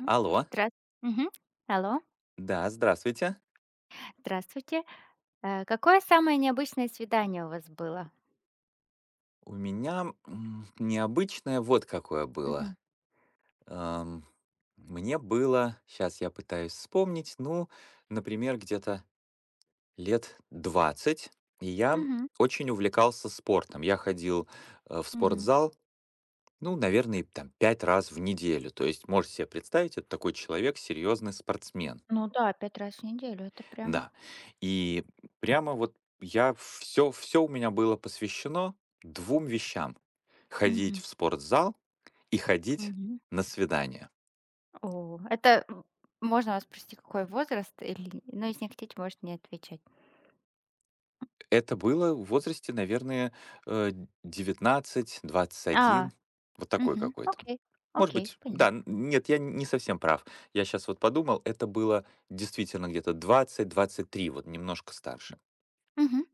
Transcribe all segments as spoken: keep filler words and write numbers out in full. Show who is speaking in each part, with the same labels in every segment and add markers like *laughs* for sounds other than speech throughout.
Speaker 1: М.
Speaker 2: Алло,
Speaker 1: Здра Мгм. Алло,
Speaker 2: да, здравствуйте.
Speaker 1: здравствуйте. Э, какое самое необычное свидание у вас было?
Speaker 2: У меня м, необычное вот какое было.
Speaker 1: Мгм.
Speaker 2: Ам, Мне было, сейчас я пытаюсь вспомнить, ну, например, где-то лет двадцать, и я
Speaker 1: Мгм.
Speaker 2: очень увлекался спортом. Я ходил э, в
Speaker 1: Мгм.
Speaker 2: спортзал, ну, наверное, там пять раз в неделю. То есть, можете себе представить, это такой человек, серьезный спортсмен.
Speaker 1: Ну да, пять раз в неделю - это прям
Speaker 2: Да. И прямо вот я все все у меня было посвящено двум вещам: ходить
Speaker 1: Мгм.
Speaker 2: в спортзал и ходить
Speaker 1: Мгм.
Speaker 2: на свидания.
Speaker 1: О, это м можно вас спросить, какой возраст? Или ну, если не хотите, можете не отвечать.
Speaker 2: Это было в возрасте, наверное, э, девятнадцать двадцать
Speaker 1: А,
Speaker 2: один, вот такой
Speaker 1: мгм.
Speaker 2: какой-то.
Speaker 1: Окей,
Speaker 2: Может
Speaker 1: окей,
Speaker 2: быть, да, н
Speaker 1: понятно.
Speaker 2: нет, я не совсем прав. Я сейчас вот подумал, это было действительно где-то двадцать-двадцать три, вот немножко старше.
Speaker 1: Мгм.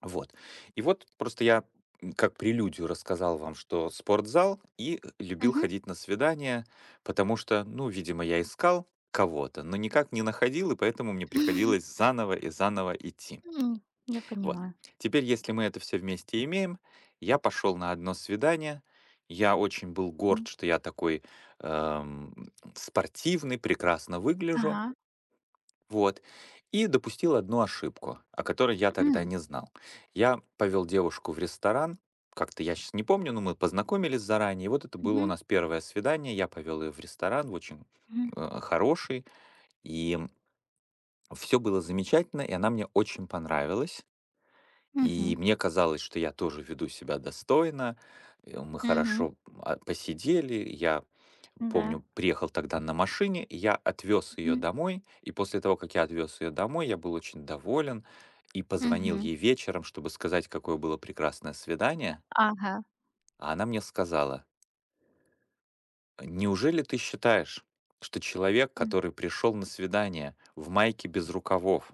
Speaker 2: Вот. И вот просто я, м, как прелюдию рассказал вам, что спортзал и любил
Speaker 1: Мгм.
Speaker 2: ходить на свидания, потому что, ну, видимо, я искал кого-то, но никак не находил, и поэтому мне приходилось
Speaker 1: *laughs*
Speaker 2: заново и заново идти.
Speaker 1: М, я
Speaker 2: Вот.
Speaker 1: понимаю.
Speaker 2: Теперь, если мы это все вместе имеем, я пошел на одно свидание. Я очень был горд,
Speaker 1: М.
Speaker 2: что я такой эм, спортивный, прекрасно выгляжу.
Speaker 1: Ага.
Speaker 2: Вот. И допустил одну ошибку, о которой я тогда
Speaker 1: М.
Speaker 2: не знал. Я повел девушку в ресторан, как-то я сейчас не помню, но мы познакомились заранее. И вот это было у
Speaker 1: Мгм.
Speaker 2: нас первое свидание. Я повел ее в ресторан, в очень
Speaker 1: Мгм.
Speaker 2: э, хороший. И все было замечательно, и она мне очень понравилась. И
Speaker 1: Мгм.
Speaker 2: мне казалось, что я тоже веду себя достойно. э, Мы
Speaker 1: Мгм.
Speaker 2: хорошо а, посидели, я
Speaker 1: Да.
Speaker 2: помню, приехал тогда на машине, и я отвез ее
Speaker 1: Мгм.
Speaker 2: домой. И после того, как я отвез ее домой, я был очень доволен и позвонил
Speaker 1: Мгм.
Speaker 2: ей вечером, чтобы сказать, какое было прекрасное свидание.
Speaker 1: Ага.
Speaker 2: А она мне сказала, неужели ты считаешь, что человек,
Speaker 1: М.
Speaker 2: который пришел на свидание в майке без рукавов,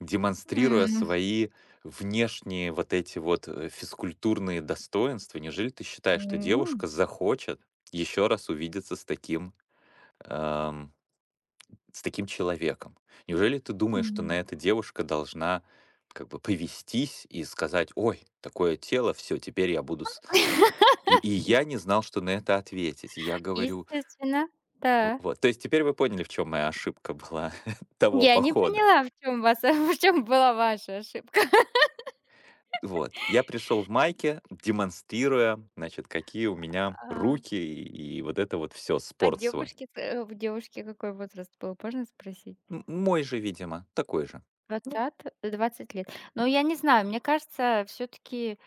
Speaker 2: демонстрируя
Speaker 1: М.
Speaker 2: свои внешние вот эти вот э, физкультурные достоинства, неужели ты считаешь, что
Speaker 1: М.
Speaker 2: девушка захочет еще раз увидеться с таким эм, с таким человеком. Неужели ты думаешь, что
Speaker 1: М.
Speaker 2: на это девушка должна как бы повестись и сказать, ой, такое тело, все, теперь я буду... с-». И, и я не знал, что на это ответить. И я говорю,
Speaker 1: Естественно, да.
Speaker 2: вот. То есть теперь вы поняли, в чем моя ошибка была *laughs* того
Speaker 1: Я не
Speaker 2: похода.
Speaker 1: поняла, в чем вас *laughs* в чём была ваша ошибка.
Speaker 2: Вот. Я пришел в майке, демонстрируя, значит, какие у меня
Speaker 1: А.
Speaker 2: руки и, и вот это вот все,
Speaker 1: А
Speaker 2: спорт свой.
Speaker 1: девушки, э, у девушки какой возраст был, можно спросить?
Speaker 2: М- Мой же, видимо, такой же.
Speaker 1: Двадцать, двадцать лет. Но я не знаю, мне кажется, все таки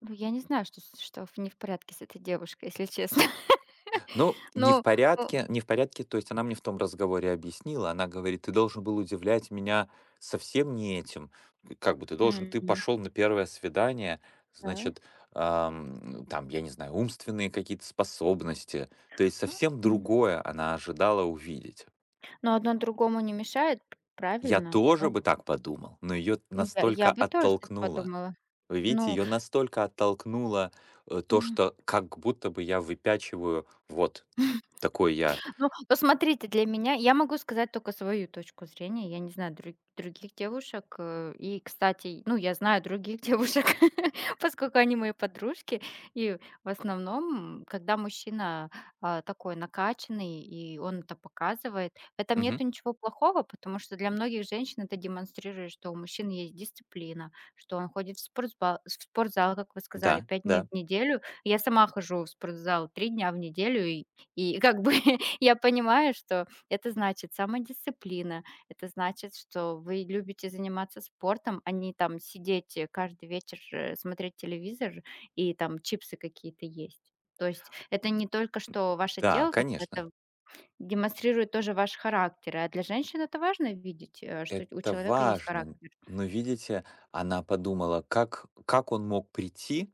Speaker 1: ну, я не знаю, что с что в- не в порядке с этой девушкой, если честно. *laughs*
Speaker 2: Ну, не в
Speaker 1: Ну, ну,
Speaker 2: порядке, не в порядке, то есть она мне в том разговоре объяснила, она говорит, ты должен был удивлять меня совсем не этим, как бы ты должен, ты
Speaker 1: мгм.
Speaker 2: пошел на первое свидание,
Speaker 1: Да.
Speaker 2: значит, ам, там, я не знаю, умственные какие-то способности, то есть совсем
Speaker 1: М.
Speaker 2: другое она ожидала увидеть.
Speaker 1: Но одно другому не мешает,
Speaker 2: Я
Speaker 1: правильно? Ну,
Speaker 2: тоже бы так подумал, но ее
Speaker 1: я я
Speaker 2: настолько
Speaker 1: бы тоже так
Speaker 2: оттолкнуло.
Speaker 1: подумала.
Speaker 2: Вы видите,
Speaker 1: Ну
Speaker 2: ее настолько оттолкнуло э, то,
Speaker 1: мгм.
Speaker 2: что как будто бы я выпячиваю вот такой я.
Speaker 1: Ну, посмотрите, для меня я могу сказать только свою точку зрения. Я не знаю дру- других девушек. э, И, кстати, ну, я знаю других *laughs* девушек, *laughs* поскольку они мои подружки. И в основном, когда мужчина а, такой накачанный, и он это показывает, в этом нету ничего плохого, потому что для многих женщин это демонстрирует, что у мужчин есть дисциплина, что он ходит в спортзал, в спортзал как вы сказали,
Speaker 2: Да,
Speaker 1: пять дней
Speaker 2: да,
Speaker 1: в неделю. Я сама хожу в спортзал три дня в неделю, и и как бы я понимаю, что это значит самодисциплина, это значит, что вы любите заниматься спортом, а не там сидеть, э, каждый вечер, э, смотреть телевизор и там чипсы какие-то есть. То есть это не только что ваше
Speaker 2: да,
Speaker 1: тело такое,
Speaker 2: конечно,
Speaker 1: это демонстрирует тоже ваш характер. А для женщин это важно видеть, э, что у
Speaker 2: это
Speaker 1: человека есть
Speaker 2: важно.
Speaker 1: характер.
Speaker 2: Но видите, она подумала, как, как он мог прийти,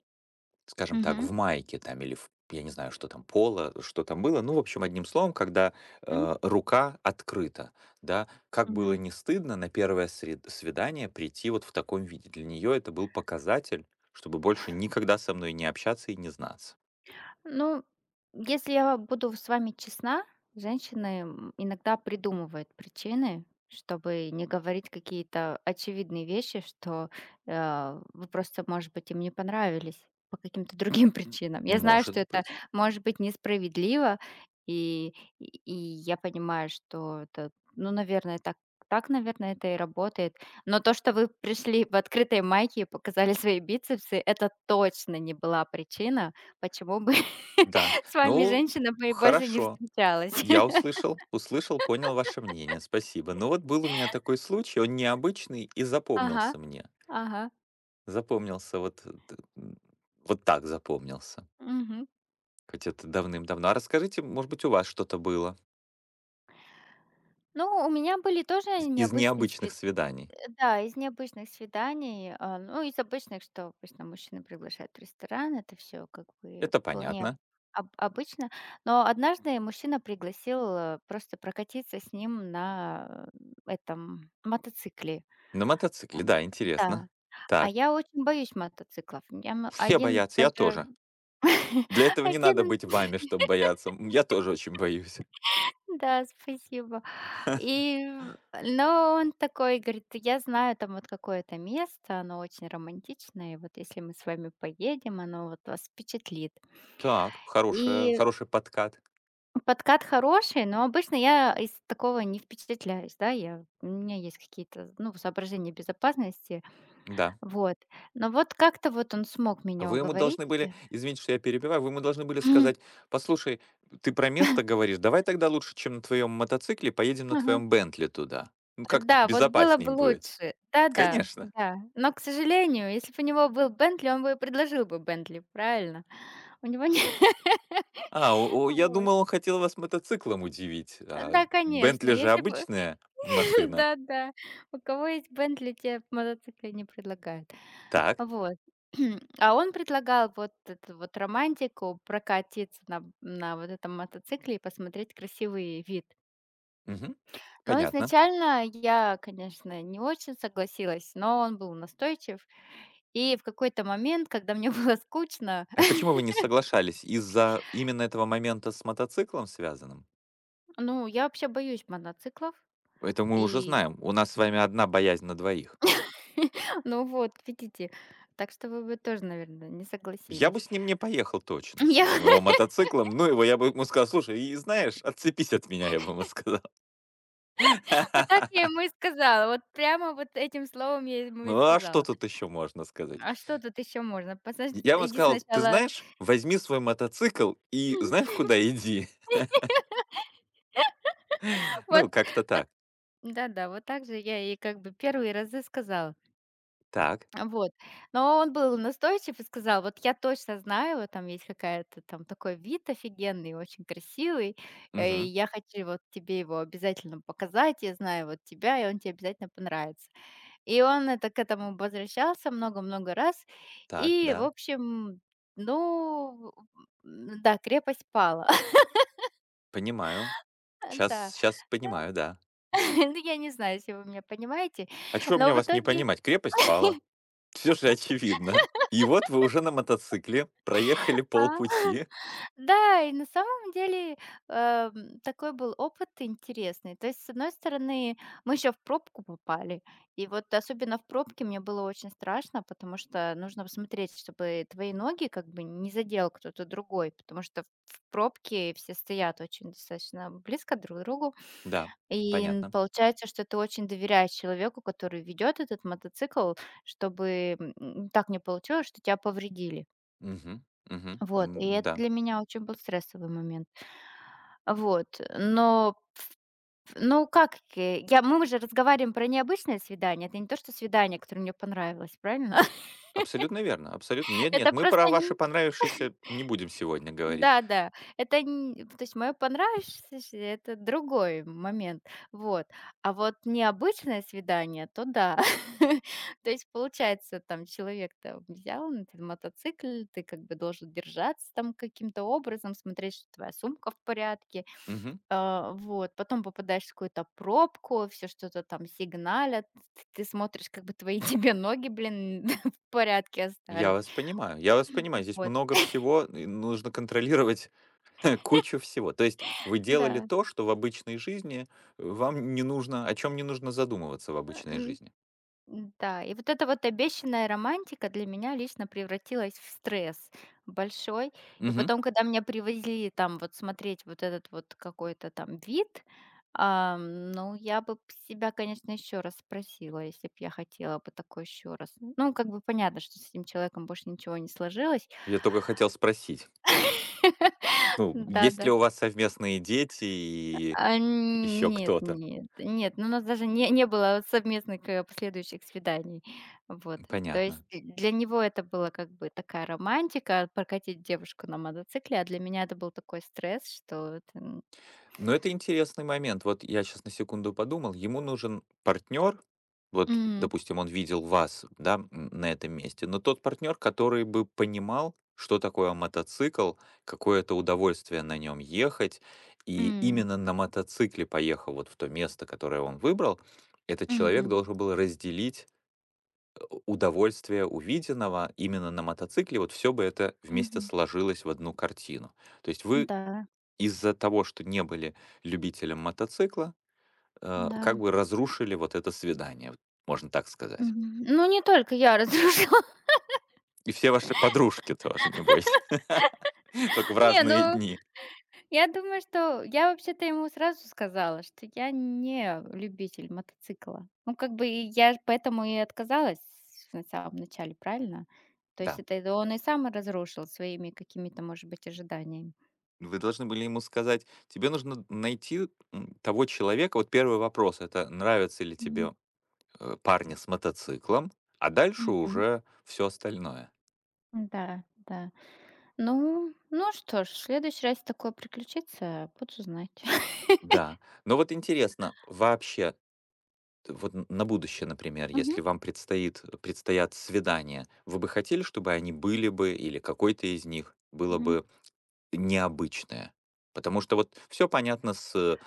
Speaker 2: скажем так, в
Speaker 1: Мгм.
Speaker 2: майке там или в, я не знаю, что там, поло, что там было. Ну, в общем, одним словом, когда
Speaker 1: М.
Speaker 2: э, рука открыта, да, как было
Speaker 1: Мгм.
Speaker 2: не стыдно на первое сред- свидание прийти вот в таком виде. Для нее это был показатель, чтобы больше никогда со мной не общаться и не знаться.
Speaker 1: Ну, если я буду с вами честна, женщины, м, иногда придумывают причины, чтобы не говорить какие-то очевидные вещи, что э, вы просто, может быть, им не понравились по каким-то другим *laughs* причинам. Я знаю, что
Speaker 2: Может
Speaker 1: это
Speaker 2: быть,
Speaker 1: может быть несправедливо, и, и и я понимаю, что это, ну, наверное, так, так, наверное, это и работает. Но то, что вы пришли в открытой майке и показали свои бицепсы, это точно не была причина, почему бы
Speaker 2: да.
Speaker 1: *laughs* с вами
Speaker 2: Ну,
Speaker 1: женщина бы больше не
Speaker 2: хорошо,
Speaker 1: встречалась.
Speaker 2: я
Speaker 1: *laughs*
Speaker 2: услышал, услышал, понял ваше мнение. Спасибо. Но вот был у меня такой случай, он необычный и
Speaker 1: Ага,
Speaker 2: запомнился мне.
Speaker 1: ага.
Speaker 2: Запомнился вот, э, т- м, вот так запомнился.
Speaker 1: Мгм.
Speaker 2: Хоть это давным-давно. А расскажите, может быть, у вас что-то было
Speaker 1: Ну, у меня были тоже
Speaker 2: из, из
Speaker 1: необычные
Speaker 2: необычных
Speaker 1: свид
Speaker 2: свиданий?
Speaker 1: да, из необычных свиданий, а, ну, из обычных, что обычно мужчины приглашают в ресторан, это все как бы
Speaker 2: Это
Speaker 1: вполне
Speaker 2: понятно.
Speaker 1: об обычно. Но однажды мужчина пригласил, э, просто прокатиться с ним на, э, этом мотоцикле.
Speaker 2: На мотоцикле,
Speaker 1: Там,
Speaker 2: да, интересно.
Speaker 1: да. А
Speaker 2: Так,
Speaker 1: я очень боюсь мотоциклов. Я м
Speaker 2: все
Speaker 1: один
Speaker 2: боятся, я
Speaker 1: даже
Speaker 2: тоже.
Speaker 1: *laughs*
Speaker 2: Для этого не надо
Speaker 1: один
Speaker 2: быть вами, чтобы бояться. М, Я тоже очень боюсь.
Speaker 1: Да, спасибо.
Speaker 2: *laughs*
Speaker 1: И, м, но он такой говорит: "Я знаю там вот какое-то место, оно очень романтичное, и вот если мы с вами поедем, оно вот вас впечатлит".
Speaker 2: Так, хорошая,
Speaker 1: И
Speaker 2: хороший подкат.
Speaker 1: подкат хороший, но обычно я из такого не впечатляюсь, да, я у меня есть какие-то, ну, соображения безопасности,
Speaker 2: Да.
Speaker 1: вот. Но вот как-то вот он смог меня
Speaker 2: Вы ему
Speaker 1: уговорить.
Speaker 2: должны были,
Speaker 1: *clears throat*
Speaker 2: извините, что я перебиваю, вы ему должны были сказать,
Speaker 1: *laughs*
Speaker 2: послушай, ты про место говоришь, давай тогда лучше, чем на твоем мотоцикле, поедем на
Speaker 1: Ага.
Speaker 2: твоем Бентли туда. Ну как-то
Speaker 1: Да, вот было
Speaker 2: безопасней
Speaker 1: бы
Speaker 2: будет.
Speaker 1: лучше. Да-да,
Speaker 2: Конечно.
Speaker 1: да. Но, к сожалению, если бы у него был "Бентли", он бы и предложил бы "Бентли", правильно? У него не
Speaker 2: А,
Speaker 1: *laughs*
Speaker 2: о- о, я
Speaker 1: Вот.
Speaker 2: думал, он хотел вас мотоциклом удивить. А
Speaker 1: Да, конечно,
Speaker 2: Бентли же
Speaker 1: если бы
Speaker 2: обычная
Speaker 1: *laughs*
Speaker 2: машина.
Speaker 1: да-да. У кого есть "Бентли", те в не предлагают.
Speaker 2: Так,
Speaker 1: Вот. *clears throat* А он предлагал вот эту вот романтику прокатиться на на вот этом мотоцикле и посмотреть красивый вид.
Speaker 2: мгм,
Speaker 1: Но
Speaker 2: понятно.
Speaker 1: изначально я, конечно, не очень согласилась, но он был настойчив. И в какой-то момент, когда мне *laughs* было скучно,
Speaker 2: А почему вы не соглашались? Из-за именно этого момента с мотоциклом связанным?
Speaker 1: ну, я вообще боюсь мотоциклов.
Speaker 2: Это мы уже
Speaker 1: И,
Speaker 2: знаем. У нас с вами одна боязнь на двоих.
Speaker 1: *laughs* ну вот, видите, так что вы бы тоже, наверное, не
Speaker 2: Я бы
Speaker 1: согласились.
Speaker 2: с ним не поехал
Speaker 1: *laughs*
Speaker 2: точно, с
Speaker 1: Я
Speaker 2: этим его
Speaker 1: вот
Speaker 2: мотоциклом. Ну его, я бы ему сказал: «Слушай, и знаешь, отцепись от меня», я бы ему сказал.
Speaker 1: вот так я ему и
Speaker 2: *laughs*
Speaker 1: сказала, вот прямо вот этим словом я ему и
Speaker 2: Ну, а что
Speaker 1: сказала.
Speaker 2: тут еще можно сказать?
Speaker 1: А что тут еще можно? Посож-
Speaker 2: Я ему
Speaker 1: Иди
Speaker 2: сказал: «Ты
Speaker 1: сначала.
Speaker 2: знаешь, возьми свой мотоцикл и знаешь,
Speaker 1: *laughs*
Speaker 2: куда иди». *laughs*
Speaker 1: Вот,
Speaker 2: Ну, как-то так.
Speaker 1: да-да, вот так же я и как бы первый разы сказала.
Speaker 2: Так,
Speaker 1: А, вот. Но он был настойчив и сказал: "Вот я точно знаю, вот там есть какая-то там такой вид офигенный, очень красивый, э, и
Speaker 2: мгм,
Speaker 1: я хочу вот тебе его обязательно показать. Я знаю вот тебя, и он тебе обязательно понравится". И он это к этому возвращался много-много раз.
Speaker 2: так,
Speaker 1: И, в
Speaker 2: да,
Speaker 1: общем, ну, м, да, крепость пала. *laughs*
Speaker 2: понимаю. Сейчас,
Speaker 1: Да.
Speaker 2: сейчас понимаю, да.
Speaker 1: *laughs* Ну, я не знаю, если вы меня понимаете,
Speaker 2: А чё
Speaker 1: но
Speaker 2: мне
Speaker 1: в
Speaker 2: вас не
Speaker 1: итоге
Speaker 2: понимать? Крепость пала. *laughs* Все же очевидно. И вот вы уже на мотоцикле проехали
Speaker 1: а?
Speaker 2: полпути.
Speaker 1: Да, и на самом деле, эм, такой был опыт интересный. То есть, с одной стороны, мы еще в пробку попали. И вот особенно в пробке мне было очень страшно, потому что нужно посмотреть, чтобы твои ноги как бы не задел кто-то другой, потому что в в пробке все стоят очень достаточно близко друг к другу.
Speaker 2: Да,
Speaker 1: И н-
Speaker 2: понятно.
Speaker 1: получается, что ты очень доверяешь человеку, который ведет этот мотоцикл, чтобы м, так не получилось, что тебя повредили.
Speaker 2: Мгм, мгм.
Speaker 1: Вот, и
Speaker 2: М,
Speaker 1: это
Speaker 2: да,
Speaker 1: для меня очень был стрессовый момент. Вот, но п ну, как, э, я мы уже разговариваем про необычное свидание. Это не то, что свидание, которое мне понравилось, правильно? *laughs*
Speaker 2: абсолютно верно, абсолютно. Нет, нет,
Speaker 1: Это
Speaker 2: мы про
Speaker 1: просто
Speaker 2: ваши
Speaker 1: нь
Speaker 2: понравившиеся не будем сегодня говорить.
Speaker 1: да-да, это нь то есть мое понравившееся - это другой момент, вот. А вот необычное свидание, то да. *laughs* То есть, получается, там человек там взял на этот мотоцикль, ты как бы должен держаться там каким-то образом, смотреть, что твоя сумка в порядке.
Speaker 2: Мгм.
Speaker 1: А, вот, потом попадаешь в какую-то пробку, все что-то там сигналят, т ты смотришь, как бы твои *laughs* тебе ноги, блин, *laughs* в порядке
Speaker 2: Я
Speaker 1: остались.
Speaker 2: вас понимаю, я вас понимаю. Здесь
Speaker 1: Вот,
Speaker 2: много всего, и нужно контролировать *laughs* кучу всего. То есть вы делали
Speaker 1: да.
Speaker 2: то, что в обычной жизни э, вам не нужно, о чем не нужно задумываться в обычной жизни.
Speaker 1: Да и вот эта вот обещанная романтика для меня лично превратилась в стресс большой. И
Speaker 2: Мгм.
Speaker 1: потом, когда меня привезли там вот смотреть вот этот вот какой-то там вид, ам, ну, я бы п себя, конечно, еще раз спросила, если бы я хотела бы такой еще раз. Ну, как бы понятно, что с этим человеком больше ничего не сложилось.
Speaker 2: Я только хотел спросить,
Speaker 1: *laughs*
Speaker 2: ну, есть ли
Speaker 1: Да-да.
Speaker 2: у вас совместные дети и
Speaker 1: А,
Speaker 2: еще
Speaker 1: нет
Speaker 2: кто-то?
Speaker 1: нет нет, ну, у нас даже не не было совместных, э, последующих свиданий. Вот, то есть
Speaker 2: Понятно.
Speaker 1: и для него это была как бы такая романтика - прокатить девушку на мотоцикле, а для меня это был такой стресс, что это, м
Speaker 2: Но это интересный момент. Вот я сейчас на секунду подумал, ему нужен партнер. Вот,
Speaker 1: М,
Speaker 2: допустим, он видел вас, да, м, на этом месте, но тот партнер, который бы понимал, что такое мотоцикл, какое это удовольствие на нем ехать. И
Speaker 1: м,
Speaker 2: именно на мотоцикле поехал вот в то место, которое он выбрал. Этот человек
Speaker 1: мгм,
Speaker 2: должен был разделить, э, удовольствие увиденного именно на мотоцикле. Вот все бы это вместе
Speaker 1: мгм.
Speaker 2: сложилось в одну картину. То есть вы
Speaker 1: Да,
Speaker 2: из-за того, что не были любителем мотоцикла, э, как
Speaker 1: да,
Speaker 2: бы разрушили вот это свидание, вот можно так сказать.
Speaker 1: мгм. Ну, не только я разрушила.
Speaker 2: И все ваши подружки тоже, не бойся. *laughs* Только в
Speaker 1: *laughs* Не,
Speaker 2: разные
Speaker 1: ну
Speaker 2: дни.
Speaker 1: я думаю, что я вообще-то ему сразу сказала, что я не любитель мотоцикла. Ну, как бы и я ж поэтому и отказалась на самом начале, правильно? То есть
Speaker 2: Да.
Speaker 1: это и он и сам разрушил своими какими-то, может быть, ожиданиями.
Speaker 2: Вы должны были ему сказать, тебе нужно найти м, того человека. Вот первый вопрос, это нравится ли
Speaker 1: Мгм.
Speaker 2: тебе э, парни с мотоциклом, а дальше
Speaker 1: Мгм.
Speaker 2: уже все остальное.
Speaker 1: Да, да. Ну, ну что ж, в следующий раз такое приключится, буду знать. *laughs*
Speaker 2: Да. Но вот интересно, вообще вот н- на будущее, например,
Speaker 1: Мгм.
Speaker 2: если вам предстоит, предстоят свидания, вы бы хотели, чтобы они были бы, или какой-то из них было
Speaker 1: Мгм.
Speaker 2: бы необычное? Потому что вот все понятно с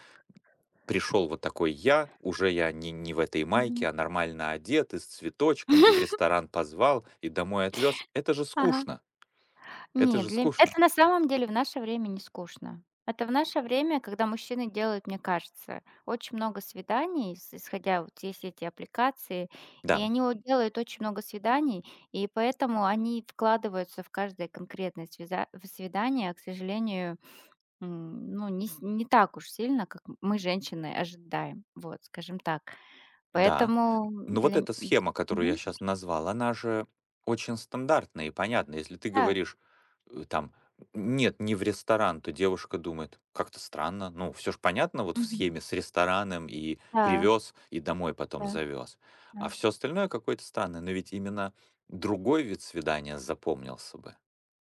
Speaker 2: пришел вот такой я, уже я не, не в этой
Speaker 1: Мгм.
Speaker 2: майке, а нормально одет, и с цветочком, и в
Speaker 1: *laughs*
Speaker 2: ресторан позвал, и домой отвез. Это же
Speaker 1: Ага.
Speaker 2: скучно. Это
Speaker 1: Нет,
Speaker 2: же
Speaker 1: для м
Speaker 2: скучно.
Speaker 1: это на самом деле в наше время не скучно. Это в наше время, когда мужчины делают, мне кажется, очень много свиданий, с исходя вот есть эти аппликации, и
Speaker 2: Да,
Speaker 1: они вот делают очень много свиданий, и поэтому они вкладываются в каждое конкретное свиза в свидание, а, к сожалению, м, ну, не с не так уж сильно, как м мы, женщины, ожидаем, вот, скажем так.
Speaker 2: да.
Speaker 1: Поэтому
Speaker 2: Ну вот
Speaker 1: для м
Speaker 2: эта
Speaker 1: дл
Speaker 2: схема, которую я
Speaker 1: Мгм.
Speaker 2: сейчас назвал, она же очень стандартная и понятная. Если ты
Speaker 1: Да.
Speaker 2: говоришь э, там нет, не в ресторан, то девушка думает, как-то странно. Ну, все же понятно вот в
Speaker 1: Мгм.
Speaker 2: схеме с рестораном и
Speaker 1: Да,
Speaker 2: привез, и домой потом
Speaker 1: да,
Speaker 2: завез. А
Speaker 1: да.
Speaker 2: все остальное какое-то странное. Но ведь именно другой вид свидания запомнился бы.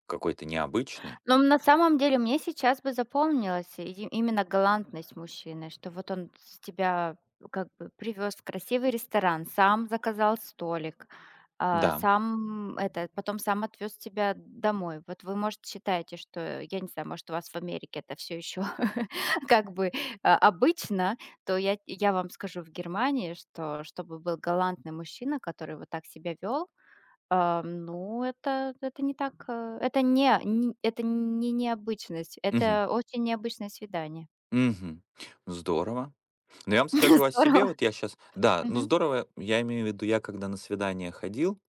Speaker 2: Какой-то необычный.
Speaker 1: Но на самом деле мне сейчас бы запомнилась и именно галантность мужчины, что вот он с тебя э, как бы привез в красивый ресторан, сам заказал столик, а,
Speaker 2: Да.
Speaker 1: сам это, потом сам отвез тебя домой. Вот вы, может, считаете, что, я не знаю, может, у вас в Америке это все еще *laughs* как бы а, обычно, то я, я вам скажу, в Германии, что чтобы был галантный мужчина, который вот так себя вел, а, ну, это это не так, э, это не не это не необычность,
Speaker 2: Мгм.
Speaker 1: это очень необычное свидание.
Speaker 2: Мгм. Здорово. Но я вам
Speaker 1: *laughs*
Speaker 2: скажу о
Speaker 1: Здорово.
Speaker 2: себе, вот я сейчас, да, ну
Speaker 1: Мгм,
Speaker 2: здорово, я имею в виду, я когда на свидание ходил,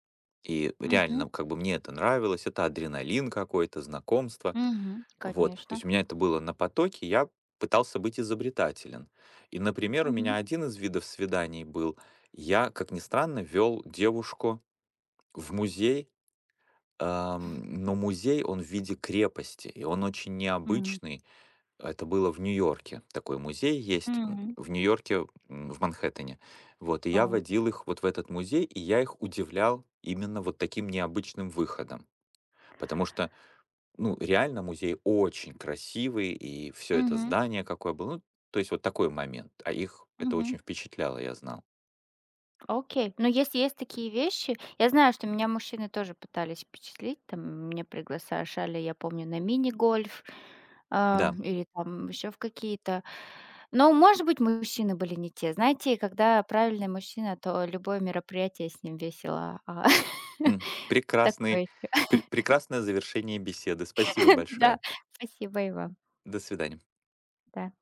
Speaker 2: и
Speaker 1: мгм,
Speaker 2: реально, как бы мне это нравилось, это адреналин какой-то, знакомство,
Speaker 1: мгм,
Speaker 2: вот, то
Speaker 1: конечно.
Speaker 2: есть у меня это было на потоке, я пытался быть изобретателен. И, например, у меня
Speaker 1: Мгм,
Speaker 2: один из видов свиданий был, я, как ни странно, вел девушку в музей, ам, но музей, он в виде крепости, и он очень
Speaker 1: м,
Speaker 2: необычный, а это было в Нью-Йорке. Такой музей есть м,
Speaker 1: м.
Speaker 2: в Нью-Йорке, м, в Манхэттене. Вот, и я
Speaker 1: О,
Speaker 2: водил их вот в этот музей, и я их удивлял именно вот таким необычным выходом. Потому что, ну, реально музей очень красивый, и все это
Speaker 1: мгм,
Speaker 2: здание какое было. Ну, то есть вот такой момент. А их это
Speaker 1: мгм.
Speaker 2: очень впечатляло, я знал.
Speaker 1: Окей. Но если есть такие вещи, я знаю, что меня мужчины тоже пытались впечатлить, там меня приглашали, я помню, на мини-гольф, а,
Speaker 2: Да,
Speaker 1: или там еще в какие-то. Но, может быть, мужчины были не те. Знаете, когда правильный мужчина, то любое мероприятие с ним весело. а,
Speaker 2: м,
Speaker 1: *laughs* Такое
Speaker 2: прекрасный,
Speaker 1: еще.
Speaker 2: пре- прекрасное завершение беседы. Спасибо
Speaker 1: *laughs* Да,
Speaker 2: большое.
Speaker 1: спасибо и вам.
Speaker 2: До свидания.
Speaker 1: Да.